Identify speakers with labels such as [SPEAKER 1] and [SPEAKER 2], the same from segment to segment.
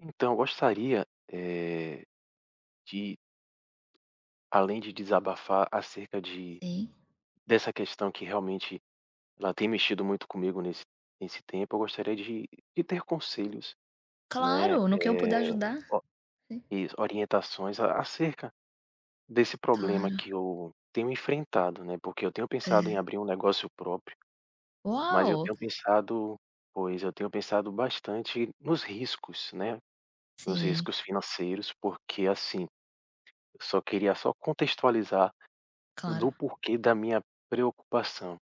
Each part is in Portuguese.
[SPEAKER 1] Então, eu gostaria, de além de desabafar acerca de
[SPEAKER 2] Sim.
[SPEAKER 1] dessa questão que realmente ela tem mexido muito comigo nesse tempo, eu gostaria de ter conselhos, né,
[SPEAKER 2] Claro, no que eu puder ajudar.
[SPEAKER 1] o
[SPEAKER 2] Sim,
[SPEAKER 1] isso, orientações a acerca desse problema
[SPEAKER 2] claro.
[SPEAKER 1] que eu tenho enfrentado, né, porque eu tenho pensado em
[SPEAKER 2] É.
[SPEAKER 1] abrir um negócio próprio, mas
[SPEAKER 2] Uau!
[SPEAKER 1] eu tenho pensado bastante nos riscos, né, nos
[SPEAKER 2] Sim,
[SPEAKER 1] riscos financeiros, porque, assim, eu só queria só contextualizar
[SPEAKER 2] claro.
[SPEAKER 1] do porquê da minha preocupação.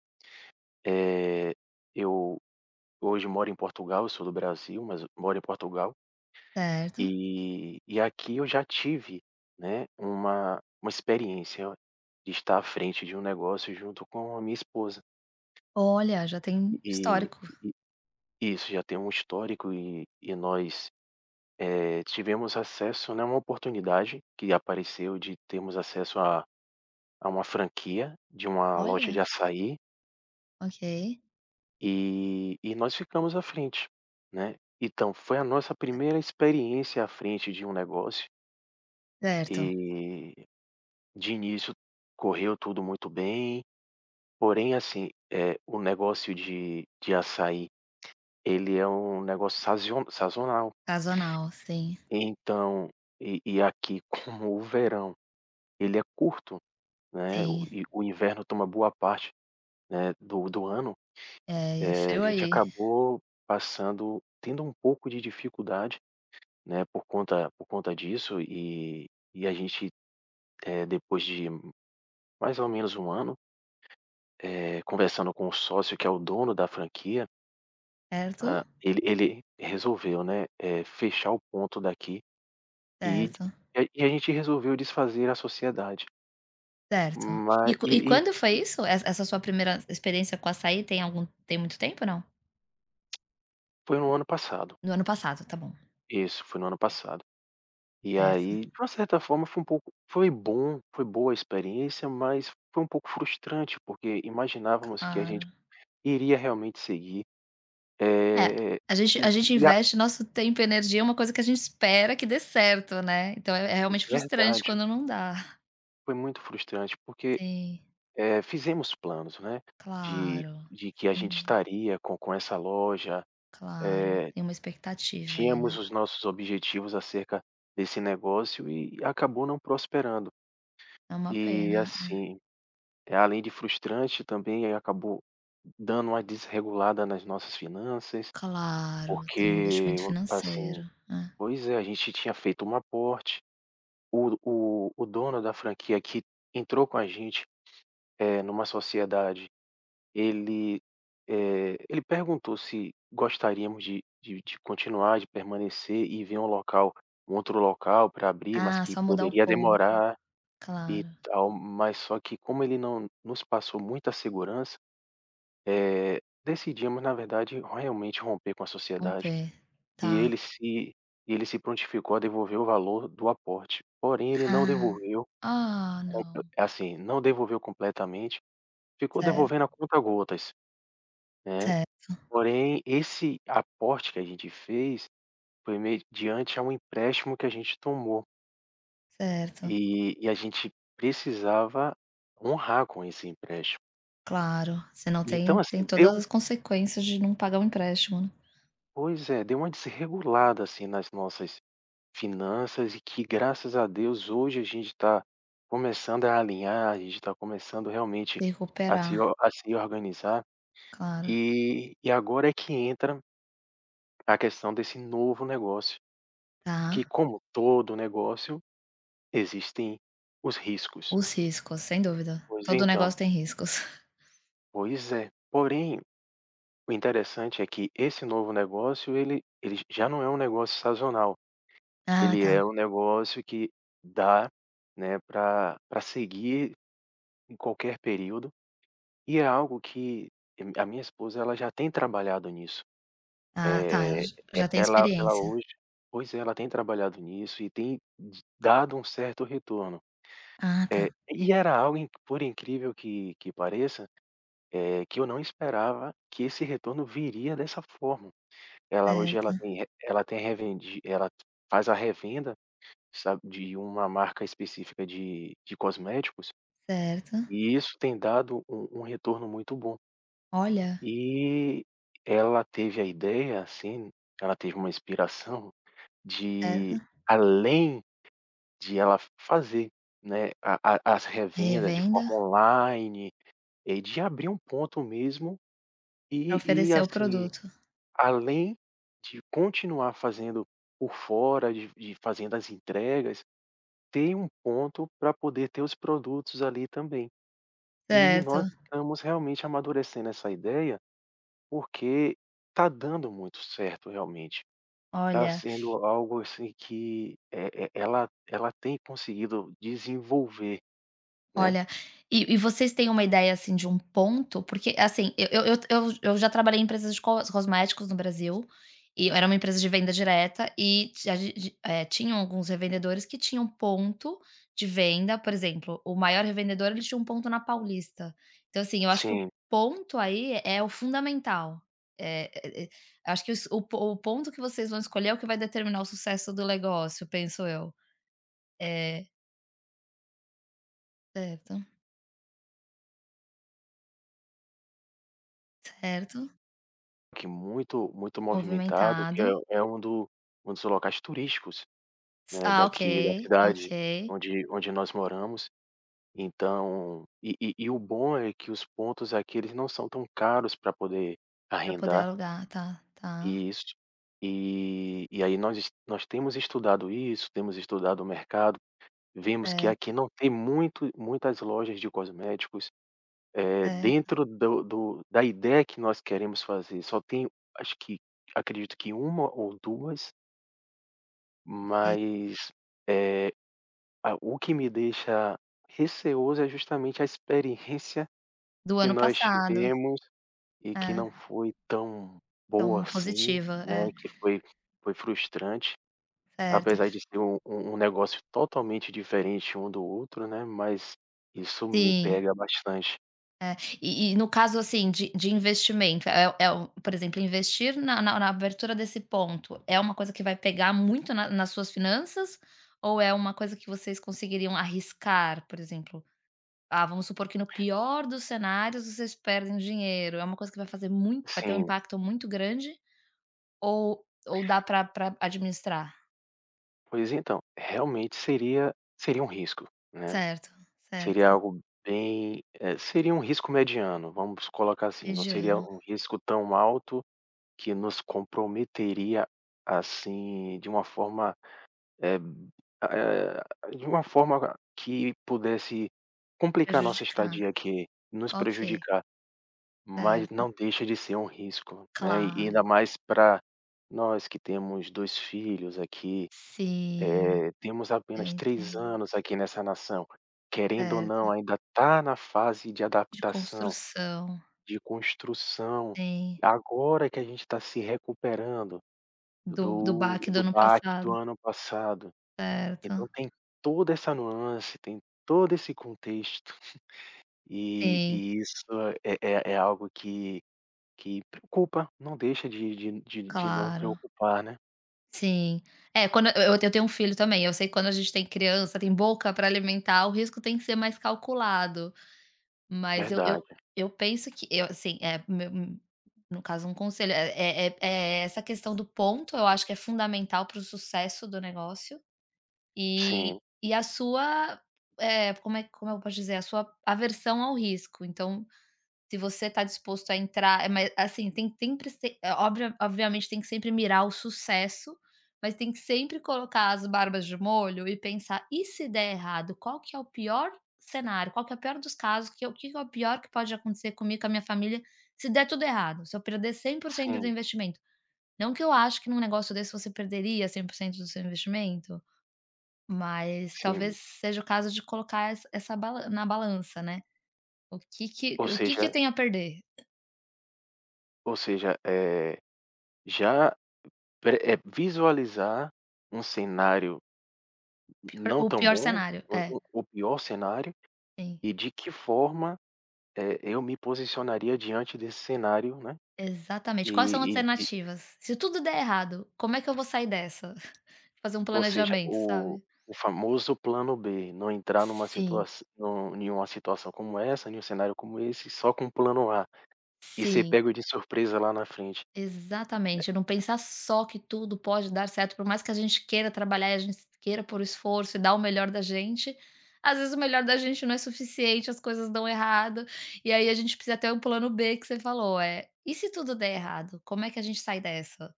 [SPEAKER 1] Eh, eu hoje moro em Portugal, eu sou do Brasil, mas eu moro em Portugal,
[SPEAKER 2] Certo.
[SPEAKER 1] e aqui eu já tive, né, uma experiência de estar à frente de um negócio junto com a minha esposa.
[SPEAKER 2] Olha, já tem
[SPEAKER 1] E
[SPEAKER 2] histórico.
[SPEAKER 1] e isso, já tem um histórico e nós, tivemos acesso, né, uma oportunidade que apareceu de termos acesso a uma franquia de uma loja de
[SPEAKER 2] Olha,
[SPEAKER 1] açaí.
[SPEAKER 2] ok.
[SPEAKER 1] E nós ficamos à frente, né. Então foi a nossa primeira experiência à frente de um negócio
[SPEAKER 2] Certo.
[SPEAKER 1] e, de início, correu tudo muito bem, porém, assim, é o negócio de açaí, ele é um negócio sazio sazonal,
[SPEAKER 2] Sazonal, sim,
[SPEAKER 1] então e aqui como o verão ele é curto, né, o
[SPEAKER 2] sim.
[SPEAKER 1] e o inverno toma boa parte, né, do ano,
[SPEAKER 2] É, e é
[SPEAKER 1] a
[SPEAKER 2] frio
[SPEAKER 1] gente
[SPEAKER 2] aí.
[SPEAKER 1] acabou passando tendo um pouco de dificuldade, né, por conta disso e a gente, depois de mais ou menos um ano, conversando com o sócio que é o dono da franquia,
[SPEAKER 2] Certo,
[SPEAKER 1] hã, ele ele resolveu, né, fechar o ponto daqui e
[SPEAKER 2] certo,
[SPEAKER 1] e a gente resolveu desfazer a sociedade.
[SPEAKER 2] certo. E
[SPEAKER 1] Mas
[SPEAKER 2] qu
[SPEAKER 1] e
[SPEAKER 2] e
[SPEAKER 1] e
[SPEAKER 2] quando foi
[SPEAKER 1] e
[SPEAKER 2] isso? Essa sua primeira experiência com açaí tem algum tem muito tempo, não?
[SPEAKER 1] foi no ano passado.
[SPEAKER 2] No ano passado, tá bom.
[SPEAKER 1] Isso, foi no ano passado. E
[SPEAKER 2] Certo,
[SPEAKER 1] aí, de uma certa forma, foi um pouco foi bom, foi boa a experiência, mas foi um pouco frustrante, porque imaginávamos que a gente
[SPEAKER 2] claro.
[SPEAKER 1] iria realmente seguir.
[SPEAKER 2] É,
[SPEAKER 1] é e
[SPEAKER 2] a gente
[SPEAKER 1] e a
[SPEAKER 2] investe nosso tempo e energia em uma coisa que a gente espera que dê certo, né, então é realmente frustrante
[SPEAKER 1] verdade,
[SPEAKER 2] quando não dá.
[SPEAKER 1] foi muito frustrante, porque,
[SPEAKER 2] Sim,
[SPEAKER 1] fizemos planos, né, de
[SPEAKER 2] claro,
[SPEAKER 1] de que a
[SPEAKER 2] sem
[SPEAKER 1] gente
[SPEAKER 2] dúvida,
[SPEAKER 1] estaria com essa loja,
[SPEAKER 2] claro,
[SPEAKER 1] eh,
[SPEAKER 2] tem uma expectativa aí,
[SPEAKER 1] tínhamos
[SPEAKER 2] né,
[SPEAKER 1] os nossos objetivos acerca desse negócio e acabou não prosperando.
[SPEAKER 2] é uma
[SPEAKER 1] E,
[SPEAKER 2] pena. É.
[SPEAKER 1] assim, além de frustrante, também acabou dando uma desregulada nas nossas finanças,
[SPEAKER 2] Claro, tem um
[SPEAKER 1] porque,
[SPEAKER 2] investimento financeiro, é.
[SPEAKER 1] pois é, a gente tinha feito um aporte. O dono da franquia que entrou com a gente, numa sociedade, ele, ele perguntou se gostaríamos de continuar, de permanecer e ver um local um outro local para abrir, mas
[SPEAKER 2] Ah,
[SPEAKER 1] que
[SPEAKER 2] só mudar o
[SPEAKER 1] poderia
[SPEAKER 2] ponto,
[SPEAKER 1] demorar e
[SPEAKER 2] claro,
[SPEAKER 1] tal, mas só que como ele não nos passou muita segurança, decidimos, na verdade, realmente romper com a
[SPEAKER 2] um
[SPEAKER 1] sociedade
[SPEAKER 2] P,
[SPEAKER 1] e
[SPEAKER 2] tá.
[SPEAKER 1] ele se prontificou a devolver o valor do aporte, porém ele não
[SPEAKER 2] Ah,
[SPEAKER 1] devolveu.
[SPEAKER 2] ah
[SPEAKER 1] Comple
[SPEAKER 2] não,
[SPEAKER 1] Assim, não devolveu completamente, ficou
[SPEAKER 2] certo,
[SPEAKER 1] devolvendo a conta-gotas, né.
[SPEAKER 2] certo,
[SPEAKER 1] Porém, esse aporte que a gente fez foi mediante a um empréstimo que a gente tomou,
[SPEAKER 2] certo,
[SPEAKER 1] e a gente precisava honrar com esse empréstimo.
[SPEAKER 2] claro, senão tem
[SPEAKER 1] Então,
[SPEAKER 2] tem
[SPEAKER 1] assim,
[SPEAKER 2] todas
[SPEAKER 1] deu
[SPEAKER 2] as consequências de não pagar o empréstimo, né,
[SPEAKER 1] pois é, deu uma desregulada, assim, nas nossas finanças e que graças a Deus hoje a gente está começando a alinhar, a gente está começando realmente
[SPEAKER 2] se recuperar.
[SPEAKER 1] a se organizar,
[SPEAKER 2] Claro,
[SPEAKER 1] e agora é que entra a questão desse novo negócio, que
[SPEAKER 2] tá.
[SPEAKER 1] como todo negócio, existem os riscos.
[SPEAKER 2] Os riscos, sem dúvida.
[SPEAKER 1] Pois
[SPEAKER 2] Todo
[SPEAKER 1] então,
[SPEAKER 2] negócio tem riscos.
[SPEAKER 1] pois é. Porém, o interessante é que esse novo negócio, ele já não é um negócio sazonal,
[SPEAKER 2] Ah,
[SPEAKER 1] ele
[SPEAKER 2] tá.
[SPEAKER 1] é um negócio que dá, né, para pra seguir em qualquer período, e é algo que a minha esposa ela já tem trabalhado nisso.
[SPEAKER 2] Ah, tá,
[SPEAKER 1] é
[SPEAKER 2] j
[SPEAKER 1] e
[SPEAKER 2] já tem
[SPEAKER 1] ela
[SPEAKER 2] experiência.
[SPEAKER 1] hoje pois é, ela tem trabalhado nisso e tem dado um certo retorno.
[SPEAKER 2] Ah, tá.
[SPEAKER 1] É, e era algo in por incrível que pareça, que eu não esperava que esse retorno viria dessa forma. Ela hoje ela
[SPEAKER 2] Certo,
[SPEAKER 1] tem re ela tem revendi ela faz a revenda, sabe, de uma marca específica de cosméticos,
[SPEAKER 2] certo.
[SPEAKER 1] e isso tem dado um um retorno muito bom.
[SPEAKER 2] Olha,
[SPEAKER 1] E ela teve a ideia, assim, ela teve uma inspiração
[SPEAKER 2] certo.
[SPEAKER 1] de além de ela fazer, né, a as revendas de
[SPEAKER 2] Revenda
[SPEAKER 1] forma online. É, de abrir um ponto mesmo
[SPEAKER 2] pra
[SPEAKER 1] e
[SPEAKER 2] oferecer o
[SPEAKER 1] assim,
[SPEAKER 2] produto.
[SPEAKER 1] além de continuar fazendo por fora, de fazendo as entregas, tem um ponto para poder ter os produtos ali também. E nós
[SPEAKER 2] Certo.
[SPEAKER 1] estamos realmente amadurecendo essa ideia, porque está dando muito certo realmente. Está
[SPEAKER 2] Olha
[SPEAKER 1] sendo algo assim que, ela ela tem conseguido desenvolver, né.
[SPEAKER 2] Olha, e vocês têm uma ideia, assim, de um ponto? Porque, assim, eu já trabalhei em empresas de cosméticos no Brasil, e era uma empresa de venda direta e ti a ge ge eh, tinham alguns revendedores que tinham ponto de venda, por exemplo, o maior revendedor, ele tinha um ponto na Paulista. Então, assim, eu acho que o
[SPEAKER 1] Sim.
[SPEAKER 2] ponto aí é o fundamental. Eh eh eh, acho que os o po o ponto que vocês vão escolher é o que vai determinar o sucesso do negócio, penso eu. É, certo, certo.
[SPEAKER 1] Que muito muito movimentado, que
[SPEAKER 2] Movimentado.
[SPEAKER 1] é um do um dos locais turísticos,
[SPEAKER 2] S
[SPEAKER 1] né,
[SPEAKER 2] ah, ok,
[SPEAKER 1] daqui da cidade
[SPEAKER 2] ok.
[SPEAKER 1] onde nós moramos. Então e o bom é que os pontos aqui eles não são tão caros para poder
[SPEAKER 2] Pra poder
[SPEAKER 1] arrendar
[SPEAKER 2] alugar, tá, tá.
[SPEAKER 1] isso. E aí nós temos estudado isso, temos estudado o mercado, vemos que
[SPEAKER 2] Certo,
[SPEAKER 1] aqui não tem muito muitas lojas de cosméticos.
[SPEAKER 2] certo,
[SPEAKER 1] Dentro do do da ideia que nós queremos fazer, só tem acho que acredito que uma ou duas,
[SPEAKER 2] ok.
[SPEAKER 1] mas, eh, a o que me deixa receoso é justamente a experiência
[SPEAKER 2] Do
[SPEAKER 1] que
[SPEAKER 2] ano
[SPEAKER 1] nós
[SPEAKER 2] passado.
[SPEAKER 1] tivemos e que não
[SPEAKER 2] É,
[SPEAKER 1] foi tão boa
[SPEAKER 2] então
[SPEAKER 1] assim,
[SPEAKER 2] positiva,
[SPEAKER 1] né,
[SPEAKER 2] é,
[SPEAKER 1] que foi frustrante,
[SPEAKER 2] certo.
[SPEAKER 1] apesar de ser um negócio totalmente diferente um do outro, né, mas isso me
[SPEAKER 2] Sim,
[SPEAKER 1] pega bastante.
[SPEAKER 2] é. E no caso, assim, de investimento, é é o por exemplo, investir na abertura desse ponto, é uma coisa que vai pegar muito na nas suas finanças, ou é uma coisa que vocês conseguiriam arriscar, por exemplo? Ah, vamos supor que no pior dos cenários vocês perdem dinheiro, é uma coisa que vai fazer muito vai ter um
[SPEAKER 1] Sim.
[SPEAKER 2] impacto muito grande ou dá para pra administrar?
[SPEAKER 1] Pois então, realmente seria um risco, né,
[SPEAKER 2] Certo, certo.
[SPEAKER 1] seria algo bem, seria um risco mediano, vamos colocar assim, não seria
[SPEAKER 2] Mediano,
[SPEAKER 1] um risco tão alto que nos comprometeria, assim, de uma forma, eh eh, de uma forma que pudesse complicar nossa
[SPEAKER 2] prejudicar.
[SPEAKER 1] estadia aqui, nos
[SPEAKER 2] Ok,
[SPEAKER 1] prejudicar, mas
[SPEAKER 2] certo.
[SPEAKER 1] não deixa de ser um risco, né, e ainda
[SPEAKER 2] Claro.
[SPEAKER 1] mais para nós que temos 2 filhos aqui.
[SPEAKER 2] Sim,
[SPEAKER 1] Temos
[SPEAKER 2] eu
[SPEAKER 1] apenas 3
[SPEAKER 2] entendo.
[SPEAKER 1] anos aqui nessa nação. Querendo ou
[SPEAKER 2] Certo.
[SPEAKER 1] não, ainda tá na fase de
[SPEAKER 2] De
[SPEAKER 1] adaptação,
[SPEAKER 2] construção,
[SPEAKER 1] de construção.
[SPEAKER 2] sim.
[SPEAKER 1] Agora que a gente está se recuperando
[SPEAKER 2] Do baque do
[SPEAKER 1] do
[SPEAKER 2] ano
[SPEAKER 1] baque do
[SPEAKER 2] passado.
[SPEAKER 1] ano passado. Então
[SPEAKER 2] Certo.
[SPEAKER 1] tem toda essa nuance, tem todo esse contexto,
[SPEAKER 2] Sim,
[SPEAKER 1] e isso é é algo que preocupa, não deixa de não
[SPEAKER 2] claro.
[SPEAKER 1] preocupar, né.
[SPEAKER 2] Sim. É, quando eu tenho um filho também, eu sei que quando a gente tem criança, tem boca para alimentar, o risco tem que ser mais calculado. Mas eu eu
[SPEAKER 1] Verdade.
[SPEAKER 2] eu penso que eu assim, é meu no caso, um conselho, essa questão do ponto, eu acho que é fundamental para o sucesso do negócio. E
[SPEAKER 1] Sim,
[SPEAKER 2] e a sua, é como eu posso dizer? A sua aversão ao risco. Então se você está disposto a entrar mas assim, tem que sempre se eh, obviamente tem que sempre mirar o sucesso, mas tem que sempre colocar as barbas de molho e pensar: "E se der errado, qual que é o pior cenário? Qual que é o pior dos casos? Que o que é o pior que pode acontecer comigo, com a minha família, se der tudo errado, se eu perder 100% do
[SPEAKER 1] sim,
[SPEAKER 2] investimento?" Não que eu acho que num negócio desse você perderia 100% do seu investimento, mas talvez
[SPEAKER 1] sim.
[SPEAKER 2] seja o caso de colocar essa bala na balança, né. O que que
[SPEAKER 1] Ou
[SPEAKER 2] o que
[SPEAKER 1] seja
[SPEAKER 2] que eu tenho a perder?
[SPEAKER 1] ou seja, Já visualizar um cenário
[SPEAKER 2] Pior o
[SPEAKER 1] não tão
[SPEAKER 2] pior
[SPEAKER 1] bom,
[SPEAKER 2] cenário. É,
[SPEAKER 1] o pior cenário,
[SPEAKER 2] sim.
[SPEAKER 1] e de que forma, eu me posicionaria diante desse cenário, né,
[SPEAKER 2] Exatamente. Quais são as
[SPEAKER 1] e e e
[SPEAKER 2] alternativas? Se tudo der errado, como é que eu vou sair dessa? Fazer um
[SPEAKER 1] ou seja,
[SPEAKER 2] planejamento, sabe?
[SPEAKER 1] o famoso plano B, não entrar numa
[SPEAKER 2] Sim,
[SPEAKER 1] situação num em uma situação como essa, em um cenário como esse, só com o plano A, e ser
[SPEAKER 2] sim,
[SPEAKER 1] pego de surpresa lá na frente.
[SPEAKER 2] exatamente. Não pensar só que tudo pode dar certo, por mais que a gente queira trabalhar e a gente queira por esforço e dar o melhor da gente, às vezes o melhor da gente não é suficiente, as coisas dão errado, e aí a gente precisa ter um plano B que você falou, é e se tudo der errado, como é que a gente sai dessa?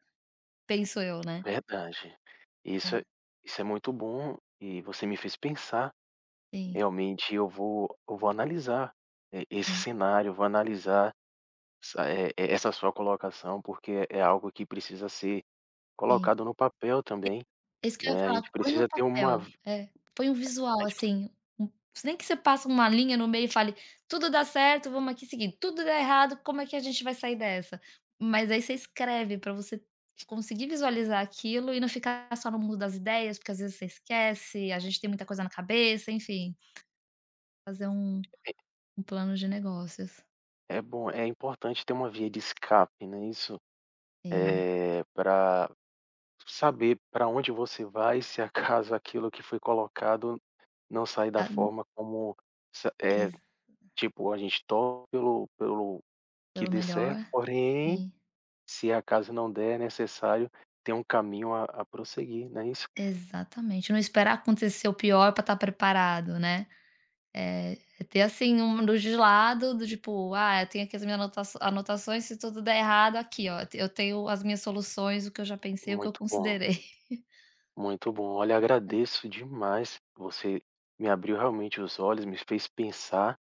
[SPEAKER 2] Penso eu, né.
[SPEAKER 1] Verdade. Isso
[SPEAKER 2] É,
[SPEAKER 1] é isso é muito bom e você me fez pensar.
[SPEAKER 2] sim,
[SPEAKER 1] Realmente eu vou analisar, esse
[SPEAKER 2] sim,
[SPEAKER 1] cenário, vou analisar essa sua colocação, porque é algo que precisa ser
[SPEAKER 2] sim.
[SPEAKER 1] colocado no papel também,
[SPEAKER 2] É isso que eu ia
[SPEAKER 1] né, a
[SPEAKER 2] falar,
[SPEAKER 1] gente
[SPEAKER 2] põe no
[SPEAKER 1] precisa ter uma
[SPEAKER 2] papel.
[SPEAKER 1] vi
[SPEAKER 2] É, põe um
[SPEAKER 1] a
[SPEAKER 2] visual,
[SPEAKER 1] gente preci
[SPEAKER 2] assim, um nem que você passa uma linha no meio e fale: "Tudo dá certo, vamos aqui seguir. Tudo dá errado, como é que a gente vai sair dessa?". Mas aí você escreve pra você conseguir visualizar aquilo e não ficar só no mundo das ideias, porque às vezes você esquece, a gente tem muita coisa na cabeça, enfim, fazer um plano de negócios.
[SPEAKER 1] é bom, é importante ter uma via de escape, né, isso,
[SPEAKER 2] Sim,
[SPEAKER 1] é para saber para onde você vai, se acaso aquilo que foi colocado não sair da
[SPEAKER 2] a
[SPEAKER 1] forma como sa eh,
[SPEAKER 2] exa
[SPEAKER 1] tipo, a gente torce pelo que
[SPEAKER 2] pelo
[SPEAKER 1] dê
[SPEAKER 2] melhor,
[SPEAKER 1] certo, porém
[SPEAKER 2] sim.
[SPEAKER 1] se acaso não der, é necessário ter um caminho a prosseguir, não é isso?
[SPEAKER 2] Exatamente, não esperar acontecer o pior pra estar preparado, né. É, é ter assim um legislado do tipo: "Ah, eu tenho aqui as minhas anotaço anotações, se tudo der errado aqui ó, eu tenho as minhas soluções, o que eu já pensei, o que eu
[SPEAKER 1] Muito bom,
[SPEAKER 2] considerei".
[SPEAKER 1] muito bom. Olha, agradeço demais, você me abriu realmente os olhos, me fez pensar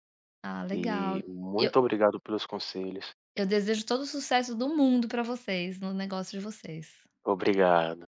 [SPEAKER 2] Ah,
[SPEAKER 1] e
[SPEAKER 2] legal. eu
[SPEAKER 1] muito obrigado pelos conselhos.
[SPEAKER 2] eu desejo todo o sucesso do mundo para vocês, no negócio de vocês.
[SPEAKER 1] Obrigado.